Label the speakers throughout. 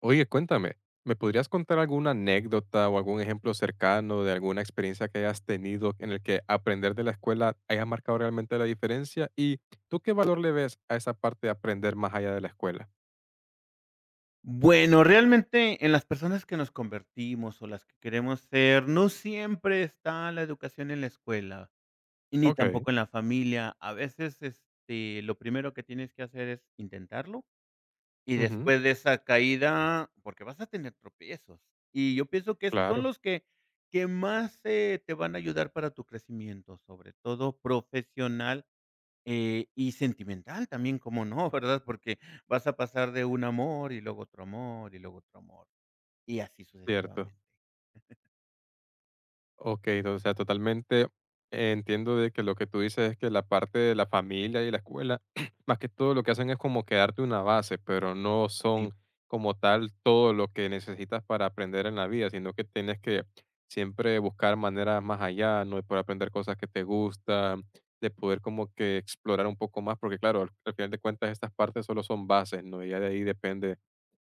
Speaker 1: Oye, cuéntame, ¿me podrías contar alguna anécdota o algún ejemplo cercano de alguna experiencia que hayas tenido en el que aprender de la escuela haya marcado realmente la diferencia? ¿Y tú qué valor le ves a esa parte de aprender más allá de la escuela?
Speaker 2: Bueno, realmente en las personas que nos convertimos o las que queremos ser, no siempre está la educación en la escuela y ni
Speaker 1: Ok,
Speaker 2: tampoco en la familia. A veces, lo primero que tienes que hacer es intentarlo y
Speaker 1: ujú,
Speaker 2: después de esa caída, porque vas a tener tropiezos. Y yo pienso que esos son
Speaker 1: claro,
Speaker 2: los que más, te van a ayudar para tu crecimiento, sobre todo profesional y sentimental también, como no, ¿verdad? Porque vas a pasar de un amor, y luego otro amor, y luego otro amor, y así
Speaker 1: cierto.
Speaker 2: sucesivamente.
Speaker 1: Okey, o sea, totalmente entiendo de que lo que tú dices es que la parte de la familia y la escuela, más que todo lo que hacen es como que darte una base, pero no son
Speaker 2: Sí.
Speaker 1: como tal todo lo que necesitas para aprender en la vida, sino que tienes que siempre buscar maneras más allá, ¿no? De poder aprender cosas que te gustan, de poder como que explorar un poco más, porque claro, al final de cuentas estas partes solo son bases, ¿no? Y ya de ahí depende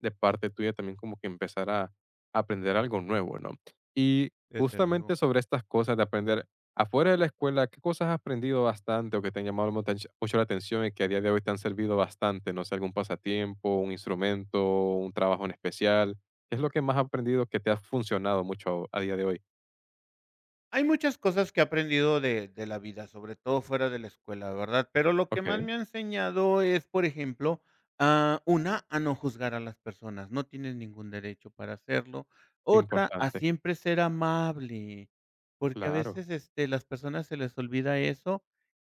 Speaker 1: de parte tuya también como que empezar a aprender algo nuevo, ¿no? Y
Speaker 2: Desde luego.
Speaker 1: justamente sobre estas cosas de aprender afuera de la escuela, ¿qué cosas has aprendido bastante o que te han llamado mucho la atención y que a día de hoy te han servido bastante? No sé, algún pasatiempo, un instrumento, un trabajo en especial. ¿Qué es lo que más has aprendido que te ha funcionado mucho a día de hoy?
Speaker 2: Hay muchas cosas que he aprendido de la vida, sobre todo fuera de la escuela, ¿verdad? Pero lo que más
Speaker 1: Ok,
Speaker 2: me ha enseñado es, por ejemplo, una, a no juzgar a las personas, no tienes ningún derecho para hacerlo. Otra, a
Speaker 1: importante.
Speaker 2: siempre ser amable, porque a
Speaker 1: Claro.
Speaker 2: veces, las personas se les olvida eso,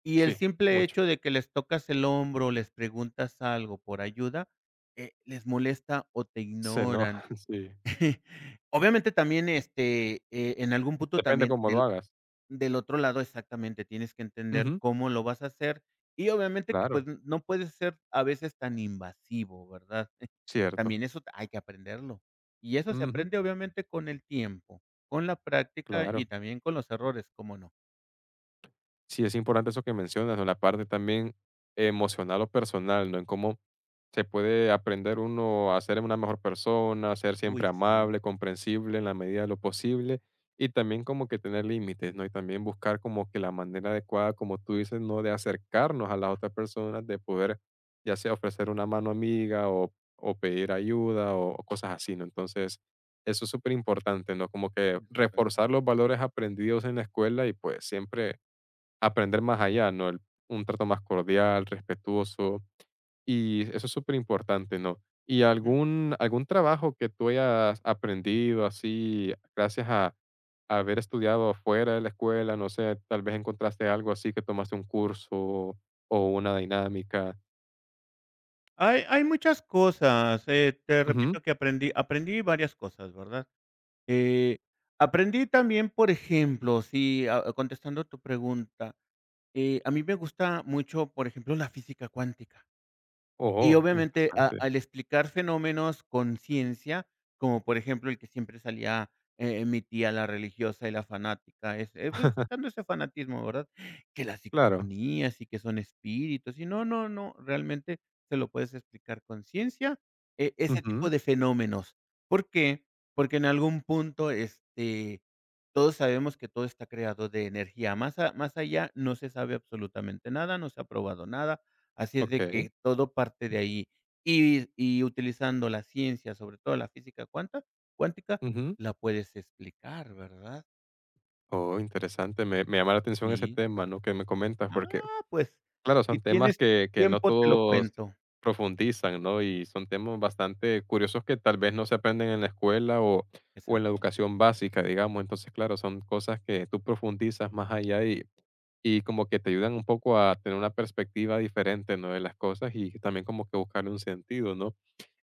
Speaker 2: y el
Speaker 1: Sí,
Speaker 2: simple
Speaker 1: mucho.
Speaker 2: hecho de que les tocas el hombro, les preguntas algo por ayuda, les molesta o te
Speaker 1: Se enoja,
Speaker 2: ignoran.
Speaker 1: sí.
Speaker 2: Obviamente, también, en algún punto
Speaker 1: Depende
Speaker 2: también
Speaker 1: cómo lo
Speaker 2: del
Speaker 1: hagas.
Speaker 2: del otro lado, exactamente, tienes que entender
Speaker 1: Ujú,
Speaker 2: cómo lo vas a hacer y obviamente que,
Speaker 1: claro,
Speaker 2: pues, no puedes ser a veces tan invasivo, ¿verdad?
Speaker 1: cierto.
Speaker 2: También eso hay que aprenderlo. Y eso se
Speaker 1: Ujú,
Speaker 2: aprende, obviamente, con el tiempo, con la práctica
Speaker 1: claro.
Speaker 2: y también con los errores, ¿cómo no?
Speaker 1: Sí, es importante eso que mencionas, ¿no? La parte también emocional o personal, ¿no? En cómo se puede aprender uno a ser una mejor persona, a ser
Speaker 2: Uy,
Speaker 1: siempre
Speaker 2: sí,
Speaker 1: amable, comprensible en la medida de lo posible y también como que tener límites, ¿no? Y también buscar como que la manera adecuada, como tú dices, ¿no? De acercarnos a las otras personas, de poder ya sea ofrecer una mano amiga o pedir ayuda o cosas así, ¿no? Entonces, eso es súper importante, ¿no? Como que
Speaker 2: desde luego.
Speaker 1: reforzar los valores aprendidos en la escuela y pues siempre aprender más allá, ¿no? Un trato más cordial, respetuoso, y eso es súper importante, ¿no? ¿Y
Speaker 2: Ujú.
Speaker 1: algún, algún trabajo que tú hayas aprendido así, gracias a haber estudiado fuera de la escuela? No sé, tal vez encontraste algo así que tomaste un curso o una dinámica.
Speaker 2: Hay muchas cosas, te
Speaker 1: Ujú.
Speaker 2: repito que aprendí varias cosas, ¿verdad? Eh, aprendí también, por ejemplo, si, contestando tu pregunta. A mí me gusta mucho, por ejemplo, la física cuántica. Y
Speaker 1: Oh,
Speaker 2: obviamente, a
Speaker 1: interesante.
Speaker 2: al explicar fenómenos con ciencia, como por ejemplo, el que siempre salía, mi tía, la religiosa y la fanática, es, pues, sacando ese fanatismo, ¿verdad? Que las
Speaker 1: Claro.
Speaker 2: psicofonías y que son espíritus y no, no, no, realmente se lo puedes explicar con ciencia, ese tipo
Speaker 1: Ujú.
Speaker 2: de fenómenos. ¿Por qué? Porque en algún punto, todos sabemos que todo está creado de energía, más allá no se sabe absolutamente nada, no se ha probado nada. Así es de
Speaker 1: Ok.
Speaker 2: que todo parte de ahí. Y utilizando la ciencia, sobre todo la física cuanta cuántica,
Speaker 1: Ujú.
Speaker 2: la puedes explicar, ¿verdad?
Speaker 1: Oh, interesante. Me llama la atención ese
Speaker 2: Sí.
Speaker 1: tema, ¿no? Que me comentas, porque
Speaker 2: Pues,
Speaker 1: claro,
Speaker 2: si
Speaker 1: son temas
Speaker 2: tienes
Speaker 1: que no
Speaker 2: tiempo, te lo
Speaker 1: todos
Speaker 2: cuento.
Speaker 1: profundizan, ¿no? Y son temas bastante curiosos que tal vez no se aprenden en la escuela o en la
Speaker 2: Exacto.
Speaker 1: educación básica, digamos. Entonces, claro, son cosas que tú profundizas más allá y como que te ayudan un poco a tener una perspectiva diferente, ¿no? De las cosas y también como que buscarle un sentido, ¿no?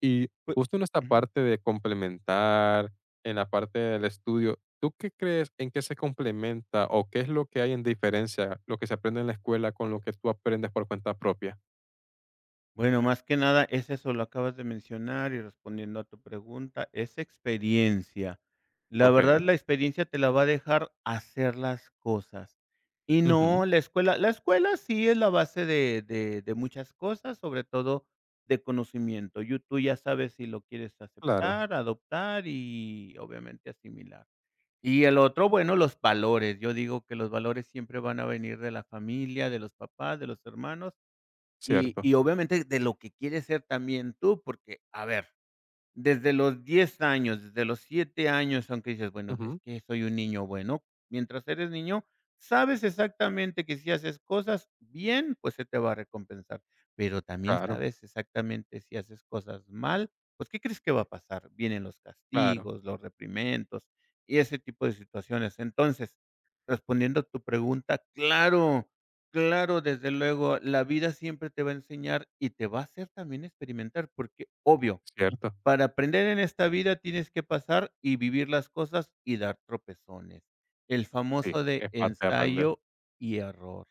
Speaker 1: Y
Speaker 2: Pue
Speaker 1: justo en esta
Speaker 2: ujú.
Speaker 1: parte de complementar, en la parte del estudio, ¿tú qué crees en qué se complementa o qué es lo que hay en diferencia lo que se aprende en la escuela con lo que tú aprendes por cuenta propia?
Speaker 2: Bueno, más que nada es eso, lo acabas de mencionar y respondiendo a tu pregunta, es experiencia. La verdad,
Speaker 1: Okey.
Speaker 2: la experiencia te la va a dejar hacer las cosas. Y
Speaker 1: Ujú.
Speaker 2: no, la escuela sí es la base de muchas cosas, sobre todo de conocimiento. Y tú ya sabes si lo quieres
Speaker 1: Claro,
Speaker 2: aceptar, adoptar y obviamente asimilar. Y el otro, bueno, los valores. Yo digo que los valores siempre van a venir de la familia, de los papás, de los hermanos y
Speaker 1: cierto.
Speaker 2: y obviamente de lo que quieres ser también tú, porque, a ver, desde los 10 años, desde los 7 años, aunque dices: "Bueno, es
Speaker 1: Ujú.
Speaker 2: que soy un niño bueno". Mientras eres niño, sabes exactamente que si haces cosas bien, pues se te va a recompensar, pero también
Speaker 1: Claro,
Speaker 2: sabes exactamente si haces cosas mal, pues, ¿qué crees que va a pasar? Vienen los
Speaker 1: claro,
Speaker 2: castigos, los reprimendos y ese tipo de situaciones. Entonces, respondiendo a tu pregunta, claro, claro, desde luego, la vida siempre te va a enseñar y te va a hacer también experimentar, porque obvio
Speaker 1: cierto.
Speaker 2: para aprender en esta vida tienes que pasar y vivir las cosas y dar tropezones. El
Speaker 1: Sí,
Speaker 2: famoso de
Speaker 1: es parte de aprender.
Speaker 2: ensayo y error.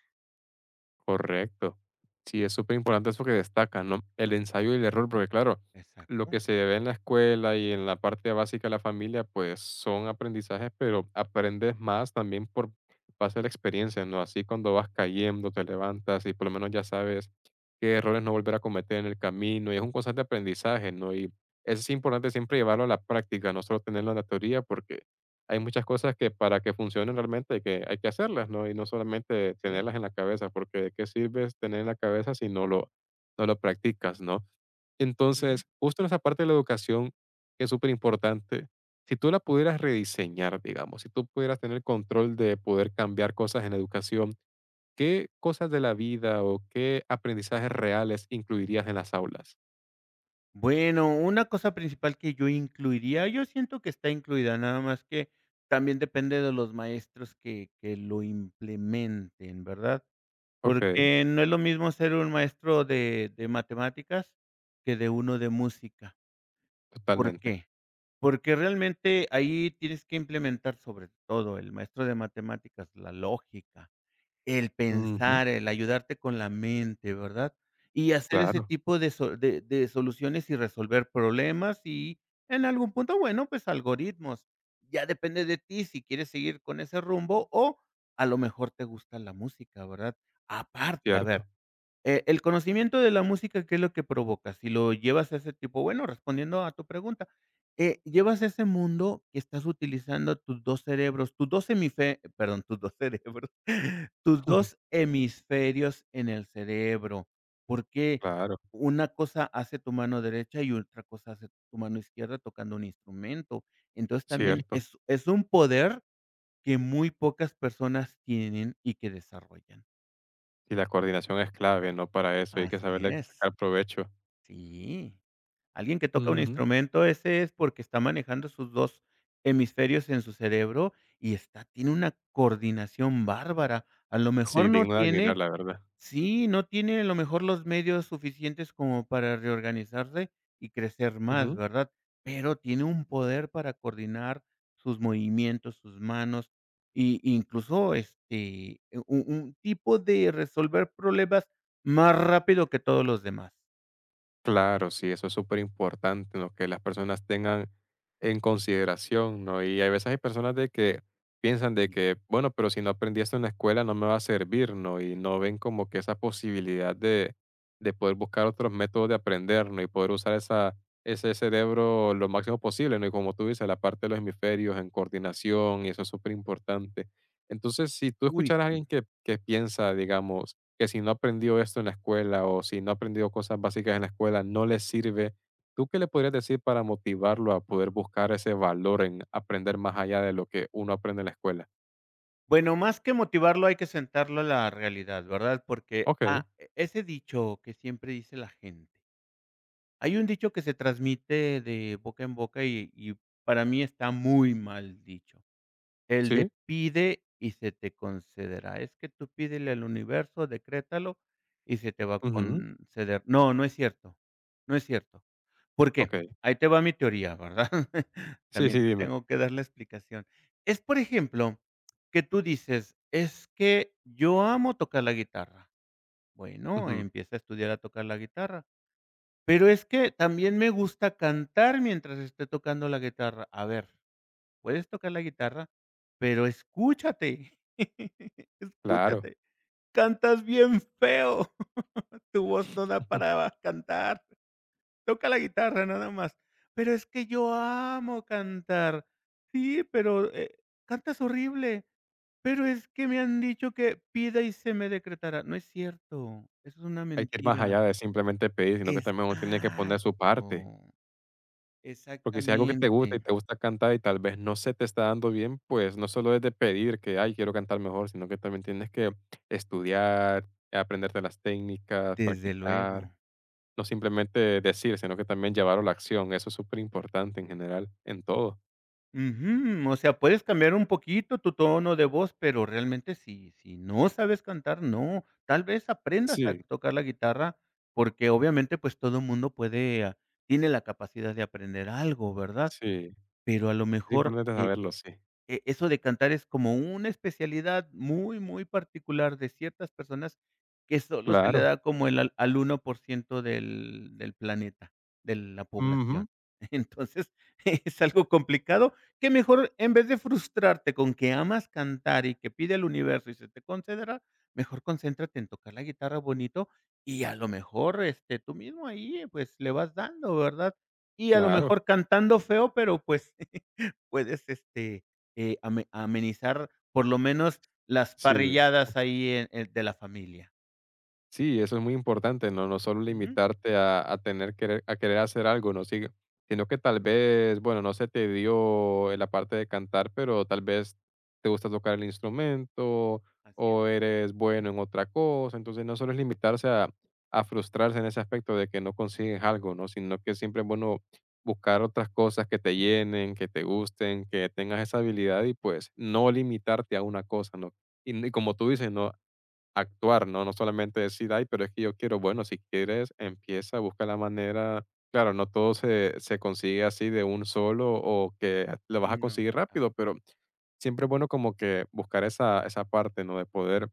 Speaker 1: Correcto. Sí, es súper importante eso que destaca, ¿no? El ensayo y el error, porque claro, lo
Speaker 2: Exacto,
Speaker 1: que se ve en la escuela y en la parte básica de la familia, pues son aprendizajes, pero aprendes más también por base de la experiencia, ¿no? Así cuando vas cayendo, te levantas y por lo menos ya sabes qué errores no volver a cometer en el camino y es un constante aprendizaje, ¿no? Y es importante siempre llevarlo a la práctica, no solo tenerlo en la teoría, porque hay muchas cosas que para que funcionen realmente hay que hacerlas, ¿no? Y no solamente
Speaker 2: así es.
Speaker 1: tenerlas en la cabeza, porque de qué sirve tener en la cabeza si no lo practicas, ¿no?
Speaker 2: Ujú.
Speaker 1: Entonces, justo en esa parte de la educación que es súper importante. Si tú la pudieras rediseñar, digamos, si tú pudieras tener control de poder cambiar cosas en la educación, ¿qué cosas de la vida o qué aprendizajes reales incluirías en las aulas?
Speaker 2: Bueno, una cosa principal que yo incluiría, yo siento que está incluida, nada más que también depende de los maestros que lo implementen, ¿verdad?
Speaker 1: Okey,
Speaker 2: Porque no es lo mismo ser un maestro de matemáticas que de uno de música. ¿Por
Speaker 1: totalmente.
Speaker 2: qué? Porque realmente ahí tienes que implementar sobre todo el maestro de matemáticas, la lógica, el
Speaker 1: Ujú,
Speaker 2: pensar, el ayudarte con la mente, ¿verdad? Y hacer ese
Speaker 1: claro,
Speaker 2: tipo de soluciones y resolver problemas y en algún punto, bueno, pues algoritmos. Ya depende de ti si quieres seguir con ese rumbo o a lo mejor te gusta la música, ¿verdad? Aparte, a
Speaker 1: cierto.
Speaker 2: ver, el conocimiento de la música, ¿qué es lo que provoca? Si lo llevas a ese tipo, bueno, respondiendo a tu pregunta, llevas a ese mundo que estás utilizando tus 2 cerebros, tus 2 hemife perdón, tus 2 cerebros, tus 2 hemisferios en el cerebro, porque
Speaker 1: Claro,
Speaker 2: una cosa hace tu mano derecha y otra cosa hace tu mano izquierda tocando un instrumento. Entonces, también
Speaker 1: cierto.
Speaker 2: es un poder que muy pocas personas tienen y que desarrollan.
Speaker 1: Y la coordinación es clave, ¿no? Para eso, hay que
Speaker 2: Así
Speaker 1: saberle
Speaker 2: es.
Speaker 1: sacar provecho.
Speaker 2: Sí. Alguien que toca un
Speaker 1: Ujú.
Speaker 2: instrumento, ese es porque está manejando sus 2 hemisferios en su cerebro y está tiene una coordinación bárbara. A lo
Speaker 1: Sí,
Speaker 2: mejor no
Speaker 1: digno de admirar,
Speaker 2: tiene,
Speaker 1: la verdad.
Speaker 2: sí, no tiene a lo mejor los medios suficientes como para reorganizarse y crecer más,
Speaker 1: Ujú.
Speaker 2: ¿verdad? Pero tiene un poder para coordinar sus movimientos, sus manos, y incluso, u un tipo de resolver problemas más rápido que todos los demás.
Speaker 1: Claro, sí, eso es súper importante, ¿no? Que las personas tengan en consideración, ¿no? Y hay veces hay personas de que piensan de que, bueno, pero si no aprendí esto en la escuela no me va a servir, ¿no? Y no ven como que esa posibilidad de poder buscar otros métodos de aprender, ¿no? Y poder usar esa, ese cerebro lo máximo posible, ¿no? Y como tú dices, la parte de los hemisferios en coordinación, y eso es súper importante. Entonces, si tú
Speaker 2: Uy,
Speaker 1: escucharas a alguien
Speaker 2: sí.
Speaker 1: que piensa, digamos, que si no aprendió esto en la escuela o si no aprendió cosas básicas en la escuela no le sirve, ¿tú qué le podrías decir para motivarlo a poder buscar ese valor en aprender más allá de lo que uno aprende en la escuela?
Speaker 2: Bueno, más que motivarlo, hay que sentarlo a la realidad, ¿verdad? Porque,
Speaker 1: Okey,
Speaker 2: ese dicho que siempre dice la gente, hay un dicho que se transmite de boca en boca y para mí está muy mal dicho. El de
Speaker 1: sí,
Speaker 2: pide y se te concederá. Es que tú pídele al universo, decrétalo y se te va a
Speaker 1: ujú,
Speaker 2: conceder. No, no es cierto, no es cierto. ¿Por qué?
Speaker 1: okey.
Speaker 2: Ahí te va mi teoría, ¿verdad?
Speaker 1: Sí,
Speaker 2: También
Speaker 1: sí,
Speaker 2: te
Speaker 1: dime.
Speaker 2: tengo que dar la explicación. Es, por ejemplo, que tú dices: "Es que yo amo tocar la guitarra". Bueno,
Speaker 1: Ujú,
Speaker 2: empieza a estudiar a tocar la guitarra. Pero es que también me gusta cantar mientras esté tocando la guitarra. A ver, puedes tocar la guitarra, pero escúchate,
Speaker 1: claro.
Speaker 2: escúchate, cantas bien feo, tu voz no da para cantar, toca la guitarra nada más. Pero es que yo amo cantar. Sí, pero, cantas horrible, pero es que me han dicho que pida y se me decretará. No es cierto, eso es una
Speaker 1: Hay que ir más
Speaker 2: mentira.
Speaker 1: allá de simplemente pedir, sino que también uno tiene que poner su parte.
Speaker 2: Exacto,
Speaker 1: Porque si es algo que te gusta y
Speaker 2: exactamente,
Speaker 1: te gusta cantar y tal vez no se te está dando bien, pues no solo es de pedir que, ay, quiero cantar mejor, sino que también tienes que estudiar, aprenderte las técnicas,
Speaker 2: desde
Speaker 1: practicar,
Speaker 2: luego.
Speaker 1: no simplemente decir, sino que también llevarlo a la acción. Eso es súper importante en general, en todo.
Speaker 2: Ujú, o sea, puedes cambiar un poquito tu tono de voz, pero realmente si no sabes cantar, no. Tal vez aprendas a
Speaker 1: Sí,
Speaker 2: tocar la guitarra, porque obviamente, pues, todo mundo tiene la capacidad de aprender algo, ¿verdad?
Speaker 1: sí,
Speaker 2: Pero a lo
Speaker 1: es
Speaker 2: mejor,
Speaker 1: importante saberlo, sí.
Speaker 2: eso de cantar es como una especialidad muy, muy particular de ciertas personas que solo se le
Speaker 1: Claro.
Speaker 2: da como el al 1% del planeta, de la
Speaker 1: Ujú,
Speaker 2: población. Entonces, es algo complicado, que mejor en vez de frustrarte con que amas cantar y que pide el universo y se te concederá, mejor concéntrate en tocar la guitarra bonito y a lo mejor, tú mismo ahí, pues, le vas dando, ¿verdad? Y a lo
Speaker 1: claro,
Speaker 2: mejor cantando feo, pero, pues puedes, amenizar por lo menos las
Speaker 1: sí.
Speaker 2: parrilladas ahí en de la familia.
Speaker 1: Sí, eso es muy importante, ¿no? No solo
Speaker 2: Ujú,
Speaker 1: limitarte a tener querer, a querer hacer algo, ¿no? Sí, sino que tal vez, bueno, no se te dio la parte de cantar, pero tal vez te gusta tocar el instrumento
Speaker 2: así es.
Speaker 1: o eres bueno en otra cosa. Entonces, no solo es limitarse a frustrarse en ese aspecto de que no consigues algo, ¿no? Sino que siempre es bueno buscar otras cosas que te llenen, que te gusten, que tengas esa habilidad y pues no limitarte a una cosa, ¿no? Y como tú dices, ¿no? Actuar, ¿no? No solamente decir: "Ay, pero es que yo quiero". Bueno, si quieres, empieza, busca la manera. Claro, no todo se consigue así de un solo o que lo vas a
Speaker 2: No,
Speaker 1: conseguir rápido, pero siempre es bueno como que buscar esa parte, ¿no? De poder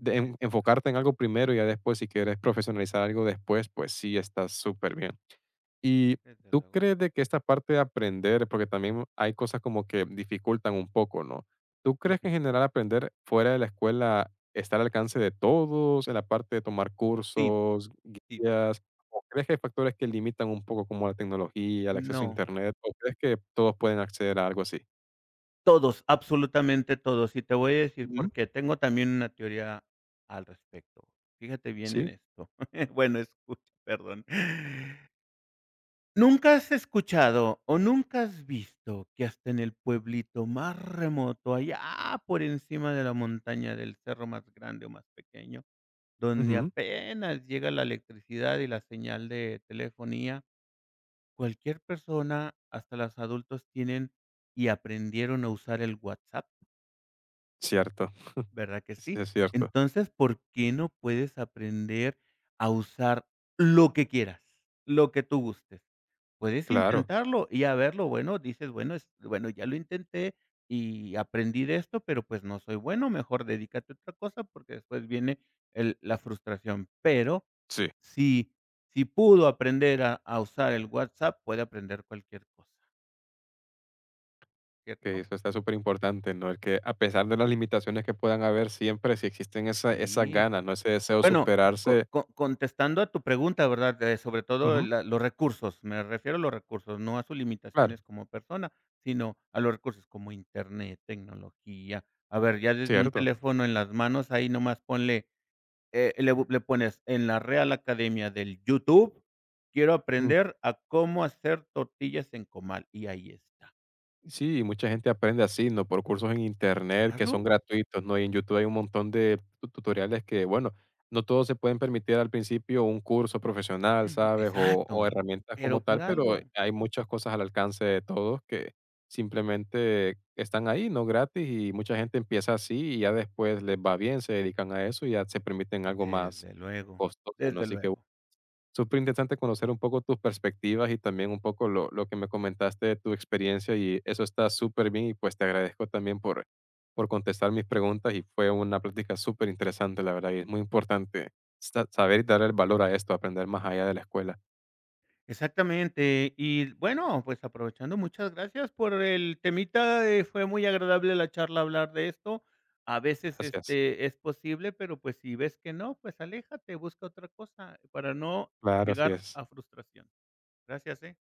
Speaker 1: de en
Speaker 2: desde luego,
Speaker 1: enfocarte en algo primero y ya después, si quieres profesionalizar algo después, pues sí, está súper bien. ¿Y
Speaker 2: desde
Speaker 1: tú
Speaker 2: luego.
Speaker 1: crees de que esta parte de aprender, porque también hay cosas como que dificultan un poco, ¿no? ¿Tú crees que
Speaker 2: Ujú.
Speaker 1: en general aprender fuera de la escuela está al alcance de todos en la parte de tomar
Speaker 2: Sí,
Speaker 1: cursos,
Speaker 2: sí,
Speaker 1: guías? ¿O crees que hay factores que limitan un poco como la tecnología, el acceso a
Speaker 2: no,
Speaker 1: internet? ¿O crees que todos pueden acceder a algo así?
Speaker 2: todos, absolutamente todos. Y te voy a decir
Speaker 1: Ujú.
Speaker 2: por qué. Tengo también una teoría al respecto. Fíjate bien en
Speaker 1: Sí.
Speaker 2: esto. Bueno, escucha, perdón. ¿Nunca has escuchado o nunca has visto que hasta en el pueblito más remoto, allá por encima de la montaña del cerro más grande o más pequeño, donde
Speaker 1: Ujú.
Speaker 2: apenas llega la electricidad y la señal de telefonía, cualquier persona, hasta los adultos, tienen y aprendieron a usar el WhatsApp?
Speaker 1: Cierto.
Speaker 2: ¿Verdad que
Speaker 1: Sí,
Speaker 2: sí?
Speaker 1: es cierto.
Speaker 2: Entonces, ¿por qué no puedes aprender a usar lo que quieras, lo que tú gustes? Puedes
Speaker 1: Claro.
Speaker 2: intentarlo y a verlo bueno, dices, bueno, es bueno, ya lo intenté y aprendí de esto, pero pues no soy bueno, mejor dedícate a otra cosa porque después viene el la frustración. Pero
Speaker 1: Sí.
Speaker 2: si si pudo aprender a usar el WhatsApp, puede aprender cualquier cosa,
Speaker 1: Que
Speaker 2: ¿cierto?
Speaker 1: eso está súper importante, ¿no? El que a pesar de las limitaciones que puedan haber siempre, si existen esa esas
Speaker 2: Sí.
Speaker 1: ganas, ¿no? Ese deseo de
Speaker 2: Bueno, co
Speaker 1: superarse.
Speaker 2: co contestando a tu pregunta, ¿verdad? De sobre todo
Speaker 1: Ujú,
Speaker 2: la los recursos, me refiero a los recursos, no a sus
Speaker 1: claro,
Speaker 2: limitaciones como persona, sino a los recursos como Internet, tecnología. A ver, ya desde un
Speaker 1: cierto.
Speaker 2: teléfono en las manos, ahí nomás ponle, le pones en la Real Academia del YouTube, quiero aprender a cómo hacer tortillas en comal, y ahí está.
Speaker 1: Sí, mucha gente aprende así, ¿no? Por cursos en internet que son
Speaker 2: Claro,
Speaker 1: gratuitos, ¿no? Y en YouTube hay un montón de tutoriales que, bueno, no todos se pueden permitir al principio un curso profesional,
Speaker 2: ujú,
Speaker 1: ¿sabes? O
Speaker 2: exacto,
Speaker 1: herramientas como
Speaker 2: pero
Speaker 1: tal,
Speaker 2: por
Speaker 1: pero
Speaker 2: algo.
Speaker 1: hay muchas cosas al alcance de todos que simplemente están ahí, ¿no? Gratis y mucha gente empieza así y ya después les va bien, se dedican a eso y ya se permiten algo más
Speaker 2: Desde luego,
Speaker 1: costoso, ¿no?
Speaker 2: desde
Speaker 1: Así que
Speaker 2: luego.
Speaker 1: súper interesante conocer un poco tus perspectivas y también un poco lo que me comentaste de tu experiencia y eso está súper bien y pues te agradezco también por contestar mis preguntas y fue una plática súper interesante, la verdad, y es muy importante saber y dar el valor a esto, aprender más allá de la escuela.
Speaker 2: Exactamente. Y bueno, pues aprovechando, muchas gracias por el temita, fue muy agradable la charla hablar de esto. A veces,
Speaker 1: Gracias.
Speaker 2: es posible, pero, pues, si ves que no, pues aléjate, busca otra cosa para no
Speaker 1: Claro, así
Speaker 2: llegar
Speaker 1: es.
Speaker 2: a frustración. Gracias.